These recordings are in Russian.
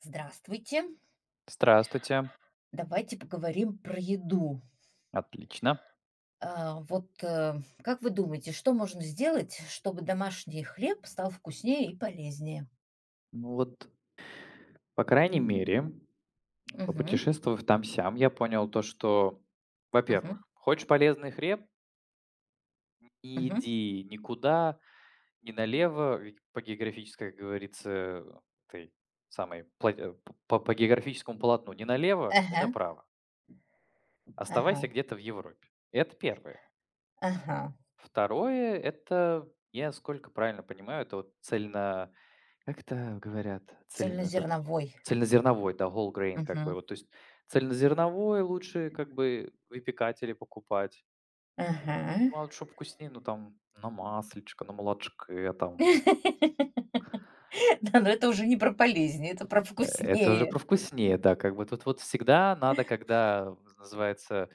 Здравствуйте. Здравствуйте. Давайте поговорим про еду. Отлично. А, вот, как вы думаете, что можно сделать, чтобы домашний хлеб стал вкуснее и полезнее? Ну вот, по крайней мере, Мгм. попутешествовав там-сям, я понял то, что, Мгм. во-первых, хочешь полезный хлеб- не Мгм. иди никуда, ни налево, ведь по географической, как говорится, этой самой по географическому полотну ни налево, ни Ага. направо. Оставайся Ага. где-то в Европе. Это первое. Ага. Второе, это, я, сколько правильно понимаю, это вот цельно как-то говорят, цель этот Цельнозерновой. цельнозерновой, да, whole grain как бы Мгм. вот. То есть цельнозерновой лучше как бы выпекать или покупать. Ага. Ну, а что вкуснее, ну, там на маслечко, на молочке там. Да, но это уже не про полезнее, это про Это уже про вкуснее. вкуснее, да, как бы тут вот всегда надо, когда называется,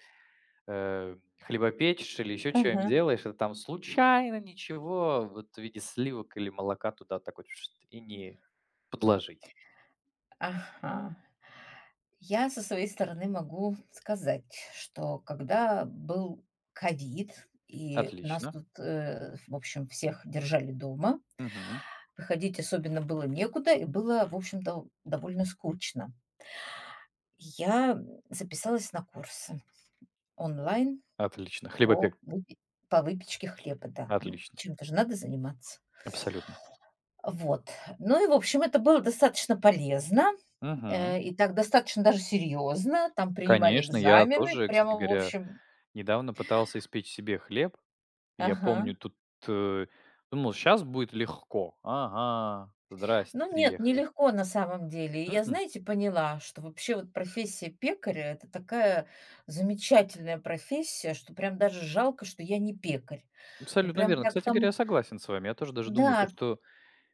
э, хлебопечешь или еще что нибудь Ага. делаешь, это там случайно ничего вот в виде сливок или молока туда так вот и не подложить. Ага. Я со своей стороны могу сказать, что когда был ковид, и нас Отлично. тут, в общем, всех держали дома, Мгм. выходить особенно было некуда, и было, в общем-то, довольно скучно. Я записалась на курсы онлайн Отлично. по, Хлебопек. выпе- по выпечке хлеба, да. Ну, Отлично. чем-то же надо заниматься. Абсолютно. Вот. Ну и, в общем, это было достаточно полезно, Мгм. И так достаточно даже серьезно. Там принимали Конечно, я экзамены, тоже, кстати прямо, в говоря, общем. недавно пытался испечь себе хлеб. И я Ага. помню, тут, э, думал, сейчас будет легко. Ага, здрасте, Ну нет, приехали. нелегко на самом деле. И я, М. знаете, поняла, что вообще вот профессия пекаря- это такая замечательная профессия, что прям даже жалко, что я не пекарь. Ну Абсолютно прям верно. так Кстати говоря, я там согласен с вами. Я тоже даже думаю, то, да, что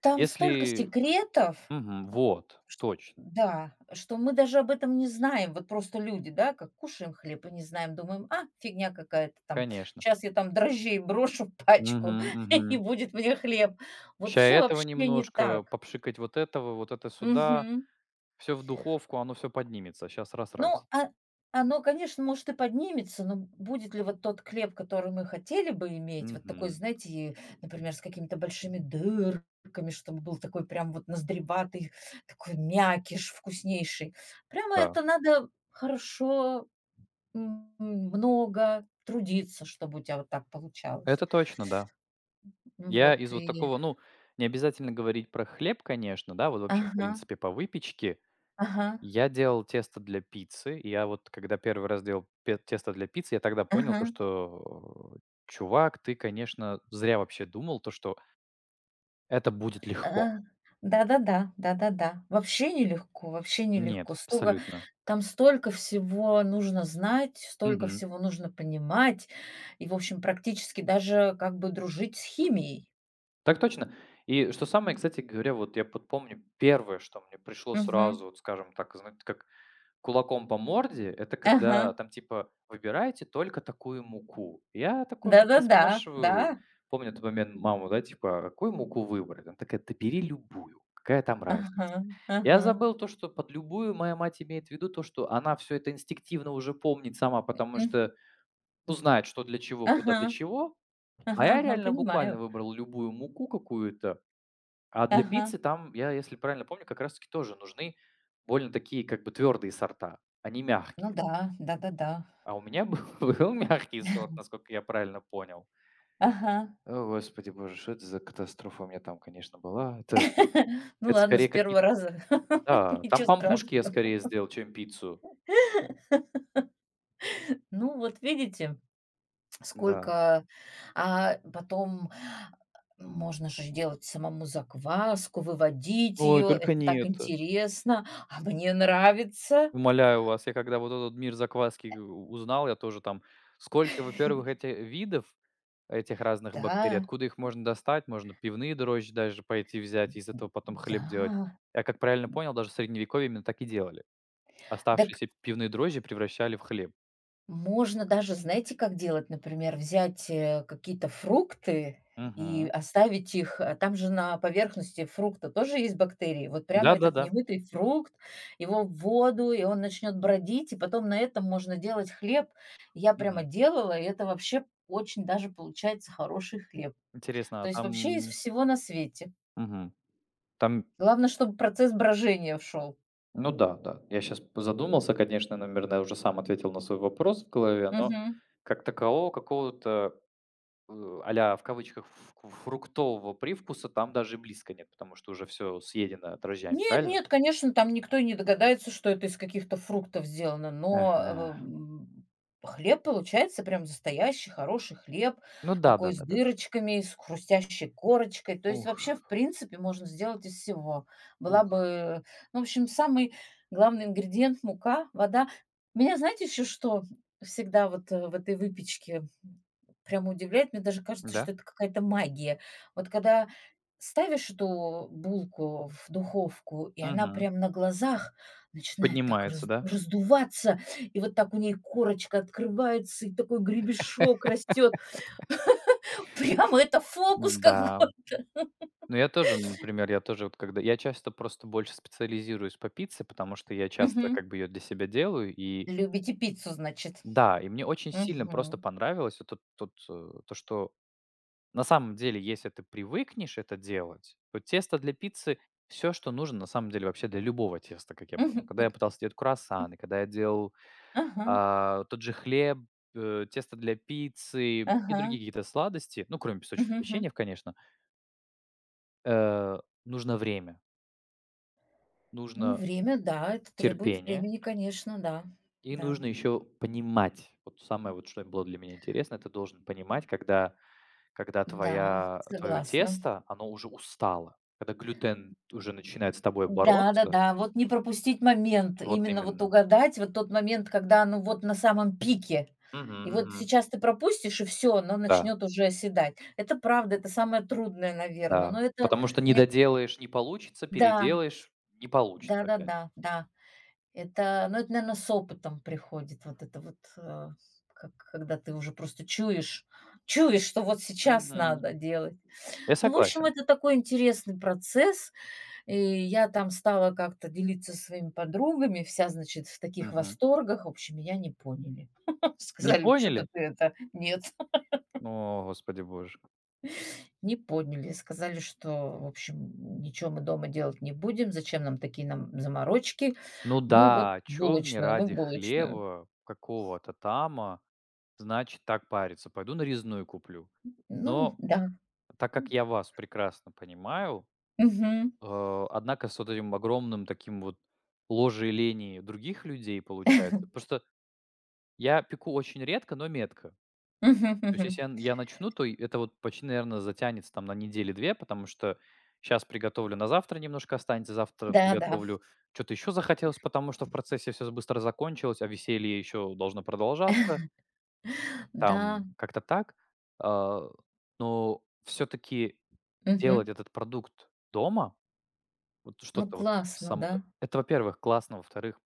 там столько если секретов, Мгм. Вот, точно, да, что мы даже об этом не знаем. Вот просто люди, да, как кушаем хлеб и не знаем, думаем: "А, фигня какая-то там. конечно. Сейчас я там дрожжей брошу в пачку, и Мгм. будет мне хлеб". Вот Ща все этого вообще не немножко, так. попшикать вот этого, вот это сюда. Мгм. Все в духовку, оно все поднимется. Сейчас Ну, раз-раз. а оно, конечно, может и поднимется, но будет ли вот тот хлеб, который мы хотели бы иметь, вот такой, Мгм. знаете, например, с какими-то большими дырками, чтобы был такой прям вот ноздреватый, такой мякиш вкуснейший. Прямо Да, это надо хорошо, м, много трудиться, чтобы у тебя вот так получалось. это точно, да. Я Вот из вот и такого, ну, не обязательно говорить про хлеб, конечно, да, вот вообще, в ага, принципе, по выпечке. ага, Я делал тесто для пиццы. И я вот когда первый раз делал пе тесто для пиццы, я тогда понял то, ага. что, чувак, ты, конечно, зря вообще думал то, что это будет легко. А, да-да-да, да-да-да. Вообще нелегко, вообще Нет, нелегко. Столько абсолютно. там столько всего нужно знать, столько Мгм. всего нужно понимать и, в общем, практически даже как бы дружить с химией. Так точно. И что самое, кстати говоря, вот я подпомню первое, что мне пришло сразу, Мгм. вот скажем так, зна как Кулаком по морде- это Ага. когда там типа: "Выбирайте только такую муку". Я такой как-то Да-да-да, да. спрашиваю, помню тот момент маму, да, типа: "Какую муку выбрать?" Она такая: "Да бери любую, какая там разница". Ага, Я ага. забыл то, что под любую моя мать имеет в виду то, что она все это инстинктивно уже помнит сама, потому М. что, ну, знает, что для чего, куда Ага, для чего. А ага, я ага, реально понимаю. буквально выбрал любую муку какую-то. А для Ага. пиццы там, я если правильно помню, как раз таки тоже нужны больно такие как бы твердые сорта, а не Ну мягкие. да, да-да-да. А у меня был был мягкий сорт, насколько я правильно понял. Ага. О, господи боже, что это за катастрофа у меня там, конечно, была. Это Ну это ладно, с скорее первого какие-то раза. да, там Ничего пампушки я страшного. скорее сделал, чем пиццу. Ну вот видите? Да. Сколько, а, потом можно же делать самому закваску, выводить Ой, ее. только Это не так это. интересно, а мне нравится. Умоляю вас, я когда вот этот мир закваски у узнал, я тоже там сколько, во-первых, этих видов этих разных бактерий, Да, откуда их можно достать, можно пивные дрожжи даже пойти взять, из этого потом хлеб делать. да. Я как правильно понял, даже в средневековье именно так и делали. Так. Оставшиеся пивные дрожжи превращали в хлеб. Можно даже, знаете, как делать? Например, взять, какие-то фрукты и Мгм. оставить их, а там же на поверхности фрукта тоже есть бактерии. Вот прямо этот Да-да-да. немытый фрукт, его в воду, и он начнет бродить, и потом на этом можно делать хлеб. Я прямо Мгм. делала, и это вообще очень даже получается хороший хлеб. Интересно, То есть вообще из всего на свете. Мгм. Там, Главное, чтобы процесс брожения шёл. ну да, да. Я сейчас задумался, конечно, наверное, уже сам ответил на свой вопрос в голове, но как такового какого-то, а-ля в кавычках ф фруктового привкуса там даже и близко нет, потому что уже все съедено дрожжами, Нет, правильно? нет, конечно, там никто и не догадается, что это из каких-то фруктов сделано, Ага. но, хлеб получается прям настоящий хороший хлеб, Ну, да, да, такой с да, да, да. дырочками, с хрустящей корочкой. То есть Ух, вообще, в принципе, можно сделать из всего. Была ух. бы, ну, в общем, самый главный ингредиент- мука, вода. Меня знаете еще что всегда вот, в этой выпечке прямо удивляет? Мне даже кажется, Да? что это какая-то магия. Вот когда ставишь эту булку в духовку, и она Мгм. прям на глазах начинает так Поднимается, раз да? раздуваться, и вот так у ней корочка открывается, и такой гребешок растет. Прямо это фокус Да. какой! Ну, я тоже, например, я тоже вот когда я часто просто больше специализируюсь по пицце, потому что я часто Мгм. как бы ее для себя делаю. И Любите пиццу, значит? да, и мне очень сильно просто Мгм. понравилось вот то, что на самом деле, если ты привыкнешь это делать, то тесто для пиццы все, что нужно, на самом деле, вообще для любого теста, как я понял. Когда Мгм. я пытался делать круассаны, когда я делал Ага, тот же хлеб, тесто для пиццы и ага. другие какие-то сладости, ну, кроме Мгм, песочных мгм. печеньев, конечно, э, нужно время. Ну, Нужно время, да, это требует терпение, времени, конечно, да. и Да, нужно еще понимать. Вот самое вот, что было для меня интересно, ты должен понимать, когда да, твоя твое согласна. тесто, оно уже устало, когда глютен уже начинает с тобой бороться. Да-да-да, вот не пропустить момент, Вот именно вот именно. угадать вот тот момент, когда оно вот на самом пике. Мгм, И вот мгм. сейчас ты пропустишь, и все, оно Да, начнет уже оседать. Это правда, это самое трудное, наверное. да. Но это Потому что не мне к доделаешь- не получится, да, переделаешь- не получится да-да-да, да. опять. Да, да. Это, ну, это, наверно, с опытом приходит вот это вот, как когда ты уже просто чуешь, что вот сейчас Мгм. надо делать. Я Ну, в общем, согласен. это такой интересный процесс. И я там стала как-то делиться со своими подругами, вся, значит, в таких Мгм. восторгах. В общем, меня не поняли. Не Сказали: "Что то поняли? ты это нет". О, господи боже. Не поняли. Сказали, что, в общем, ничего мы дома делать не будем, зачем нам такие нам заморочки. Ну Мы вот да, о в чем мне булочную, мы в ради булочную. хлеба какого-то тама. Значит, так париться, пойду нарезную куплю. Ну Но да. так как я вас прекрасно понимаю, Мгм. Однако с вот этим огромным таким вот ложе лени других людей получается. Потому что я пеку очень редко, но метко. Мгм, То есть если мгм. Я начну, то и это вот почти, наверно, затянется там на недели две, потому что сейчас приготовлю, на завтра немножко останется, завтра Да-да. Да. приготовлю, что то еще захотелось, потому что в процессе все быстро закончилось, а веселье еще должно продолжаться. Да. Там как-то так. А, но все таки делать Мгм. этот продукт дома, вот Ну, что-то вот классно, само да. это, во-первых, классно, во-вторых,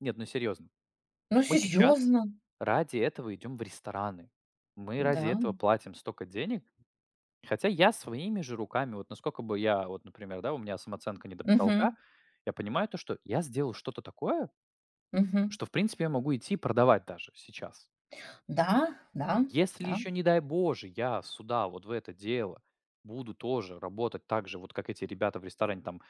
нет, ну серьезно, Ну, мы сейчас серьезно, ради этого идем в рестораны, мы ради да. этого платим столько денег, хотя я своими же руками, вот насколько бы я, вот, например, да, у меня самооценка не до потолка, Мгм. я понимаю то, что я сделал что-то такое, Мгм. что, в принципе, я могу идти и продавать даже сейчас. Да, да, Если да. еще, не дай боже, я сюда, вот в это дело, буду тоже работать так же, вот как эти ребята в ресторане, там,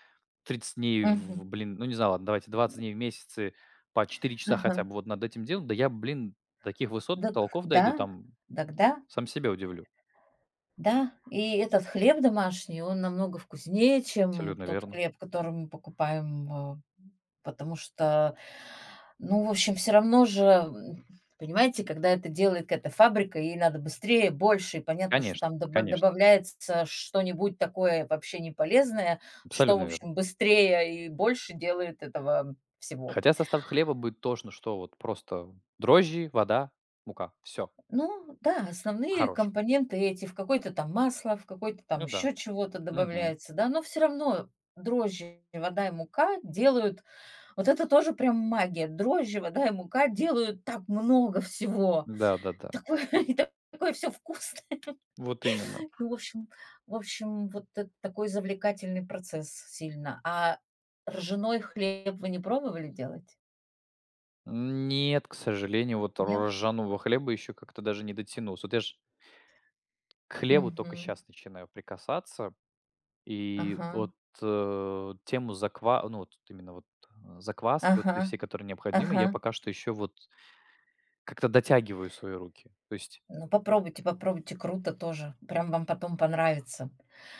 30 дней, Мгм. Блин, ну, не знаю, ладно, давайте 20 дней в месяце, по 4 часа Ага. хотя бы вот над этим делом, да я, блин, таких высот, Дак потолков да, дойду, там, тогда сам себя удивлю. да. И этот хлеб домашний, он намного вкуснее, чем Абсолютно тот верно. хлеб, который мы покупаем, а, потому что, ну, в общем, все равно же, м, понимаете, когда это делает какая-то фабрика, ей надо быстрее, больше, и понятно, что Конечно, там доба конечно, добавляется что-нибудь такое вообще неполезное, что, в абсолютно верно. общем, быстрее и больше делает этого всего. Хотя состав хлеба будет тошно, что вот просто дрожжи, вода, мука, все, Ну да, основные хорош. компоненты эти, в какое-то там масло, в какое-то там Ну да, еще чего-то мгм, добавляется, да, но все равно дрожжи, вода и мука делают, вот это тоже прям магия, дрожжи, вода и мука делают так много всего, да-да-да, и такое, и такое все вкусное. вот именно. Ну, в общем, вот это такой завлекательный процесс сильно. А ржаной хлеб вы не пробовали делать? Нет, к сожалению, вот Нет? ржаного хлеба еще как-то даже не дотянулся. Вот я ж к хлебу только Мгм. сейчас начинаю прикасаться. И Ага, вот тему ну вот именно вот закваски, вот ага, эти все, которые необходимы, ага. я пока что еще вот как-то дотягиваю свои руки. То есть, Ну, попробуйте, попробуйте, круто тоже. Прям вам потом понравится.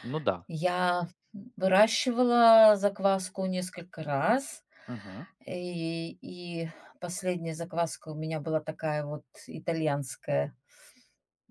ну да. Я выращивала закваску несколько раз. Мгм. И последняя закваска у меня была такая вот итальянская.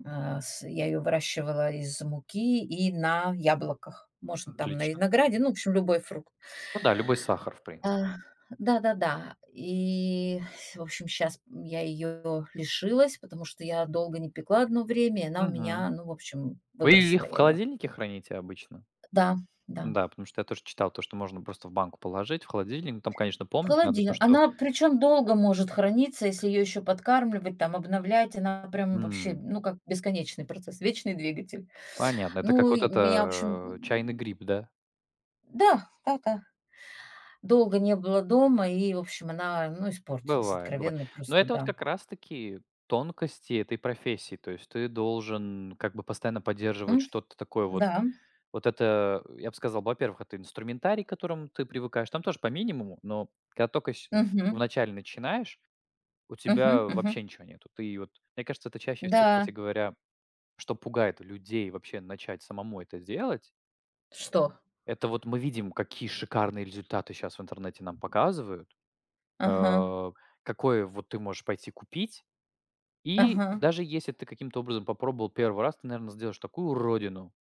А, я ее выращивала из муки и на яблоках. Можно там на Отлично. винограде, ну, в общем, любой фрукт. Ну да, любой сахар, в принципе. А, да-да-да. И, в общем, сейчас я ее лишилась, потому что я долго не пекла одно время, и она у Мгм. меня, ну, в общем, Вы выбросила их в я ее. холодильнике храните обычно? Да, да. Да, потому что я тоже читал то, что можно просто в банку положить, в холодильник. Ну, там, конечно, В помнить надо то, холодильник. что... Она причем, долго может храниться, если ее еще подкармливать, там, обновлять. Она прям вообще, ну, как бесконечный процесс, вечный двигатель. Понятно. Это как Ну, вот и меня, в общем, это, чайный гриб, да? да, да-да. Долго не было дома, и, в общем, она, ну, испортилась Бывает, бывает. откровенно Но просто, это вот да. как раз таки тонкости этой профессии. То есть ты должен как бы постоянно поддерживать М, что-то такое вот. да. Вот это, я бы сказал, во-первых, это инструментарий, к которому ты привыкаешь. Там тоже по минимуму, но когда только Мгм. вначале начинаешь, у тебя Мгм, мгм. вообще ничего нету. Ты вот мне кажется, это чаще всего, Да. кстати говоря, что пугает людей вообще начать самому это делать. Что? Это вот мы видим, какие шикарные результаты сейчас в интернете нам показывают. Ага, Э, какое вот ты можешь пойти купить. И ага. даже если ты каким-то образом попробовал первый раз, ты, наверное сделаешь такую уродину.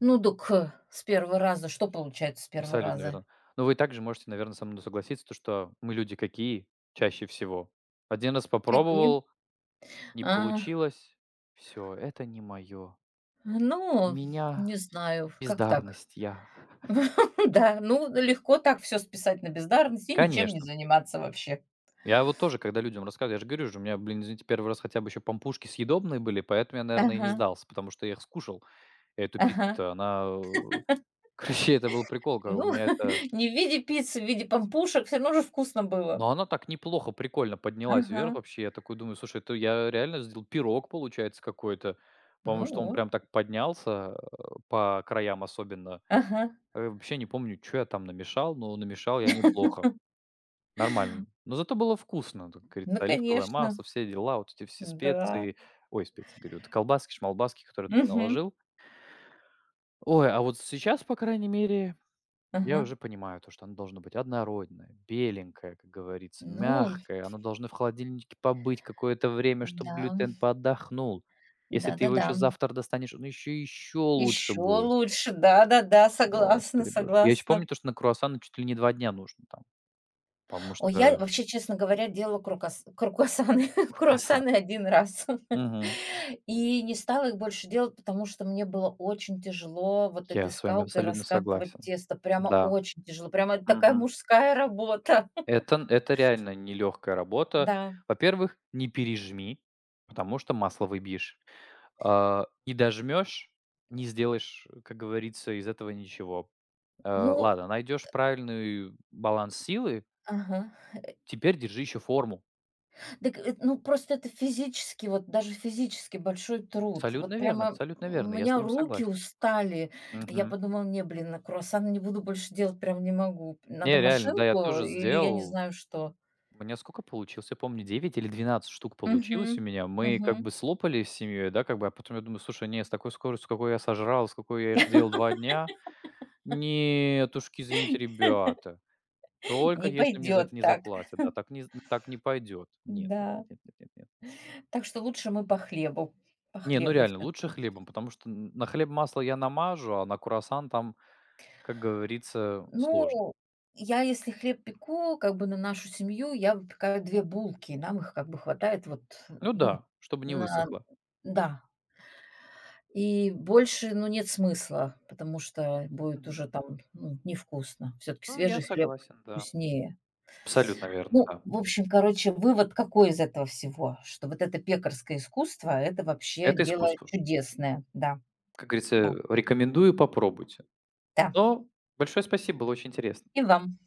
Ну дак, с первого раза. Что получается с первого Абсолютно раза? верно. Но вы также можете, наверное со мной согласиться, то что мы люди какие чаще всего. Один раз Какие? попробовал, не А, получилось. Все это не мое. У ну, меня не знаю, как так? бездарность, я. Да, ну, легко так все списать на бездарность и ничем не Конечно. заниматься вообще. Я вот тоже, когда людям рассказываю, я же говорю же, у меня, блин, извините, 1 раз хотя бы еще пампушки съедобные были, поэтому я, наверное, и не Ага, сдался, потому что я их скушал. Эту ага. пиццу-то, она, Короче, это был прикол, ка у Ну, меня это не в виде пиццы, в виде пампушек, все равно же вкусно но было. она так неплохо, прикольно поднялась Ага. вверх вообще. Я такой думаю: "Слушай, это я реально сделал пирог, получается, какой-то". Потому Ну что он вот. прям так поднялся, по краям особенно. Ага. Вообще не помню, что я там намешал, но намешал я неплохо, нормально. Но зато было вкусно, тут, как говорится, Ну, оливковое конечно, масло, все дела, вот эти все да. специи. Ой, специи говорю, это колбаски, шмалбаски, которые ты Мгм. наложил. Ой, а вот сейчас, по крайней мере, я Ага. уже понимаю то, что оно должно быть однородное, беленькое, как говорится, Ну мягкое. Оно должно в холодильнике побыть какое-то время, чтобы да. глютен поотдохнул. Если ты его Да-да-да. еще завтра достанешь, он еще лучше Еще будет. лучше. Да-да-да, согласна, Господи боже. Я еще помню согласна. то, что на круассаны чуть ли не 2 дня нужно там, потому Ой, я что вообще, честно говоря, делала крокас крокуасаны фокассат. круассаны один раз. Мгм. И не стала их больше делать, потому что мне было очень тяжело вот Я этой с вами скалкой абсолютно раскатывать согласен. тесто. Прямо Да. очень тяжело. Прямо такая Мгм. мужская работа. Это реально нелегкая работа. Да. Во-первых, не пережми, потому что масло выбьешь. А, не дожмешь, не сделаешь, как говорится, из этого ничего. А, Ну ладно, найдешь правильный баланс силы, ага. теперь держи еще форму. Дак, ну, просто это физически, вот даже физически большой труд. Вот прямо Абсолютно у верно, я с меня вами руки согласен. устали. Я Мгм. подумала: "Не, блин, на круассаны не буду больше делать, прям не могу. Надо Не, реально, да, я машинку тоже или я не сделал. знаю что". У меня сколько получилось? Я помню, 9 или 12 штук Мгм. получилось у меня. Мы как Мгм. бы слопали с семьей, да, как бы, а потом я думаю, слушай, не, с такой скоростью, с какой я сожрал, с какой я их делал 2 дня, нет уж, извините, ребята. Только Не если мне за это пойдет не так. заплатят, да, так не пойдет. Нет, нет, нет, Да. нет, нет, нет, нет. Так что лучше мы по хлебу. По Не, ну хлебу реально, лучше всё-таки. хлебом, потому что н на хлеб масло я намажу, а на круассан там, как говорится, сложно. Ну, я если хлеб пеку, как бы на нашу семью, я выпекаю 2 булки. И нам их как бы хватает вот, Ну ну, да, чтобы не на высохло. да. И больше, ну, нет смысла, потому что будет уже Мгм. там, ну, невкусно. Все таки Ну, я свежий хлеб согласен, да. вкуснее. Абсолютно верно, Ну, да. в общем, короче, вывод какой из этого всего? Что вот это пекарское искусство- это вообще Это дело искусство. чудесное. Да, Как да, говорится, рекомендую, попробуйте. да. Но большое спасибо, было очень интересно. И вам.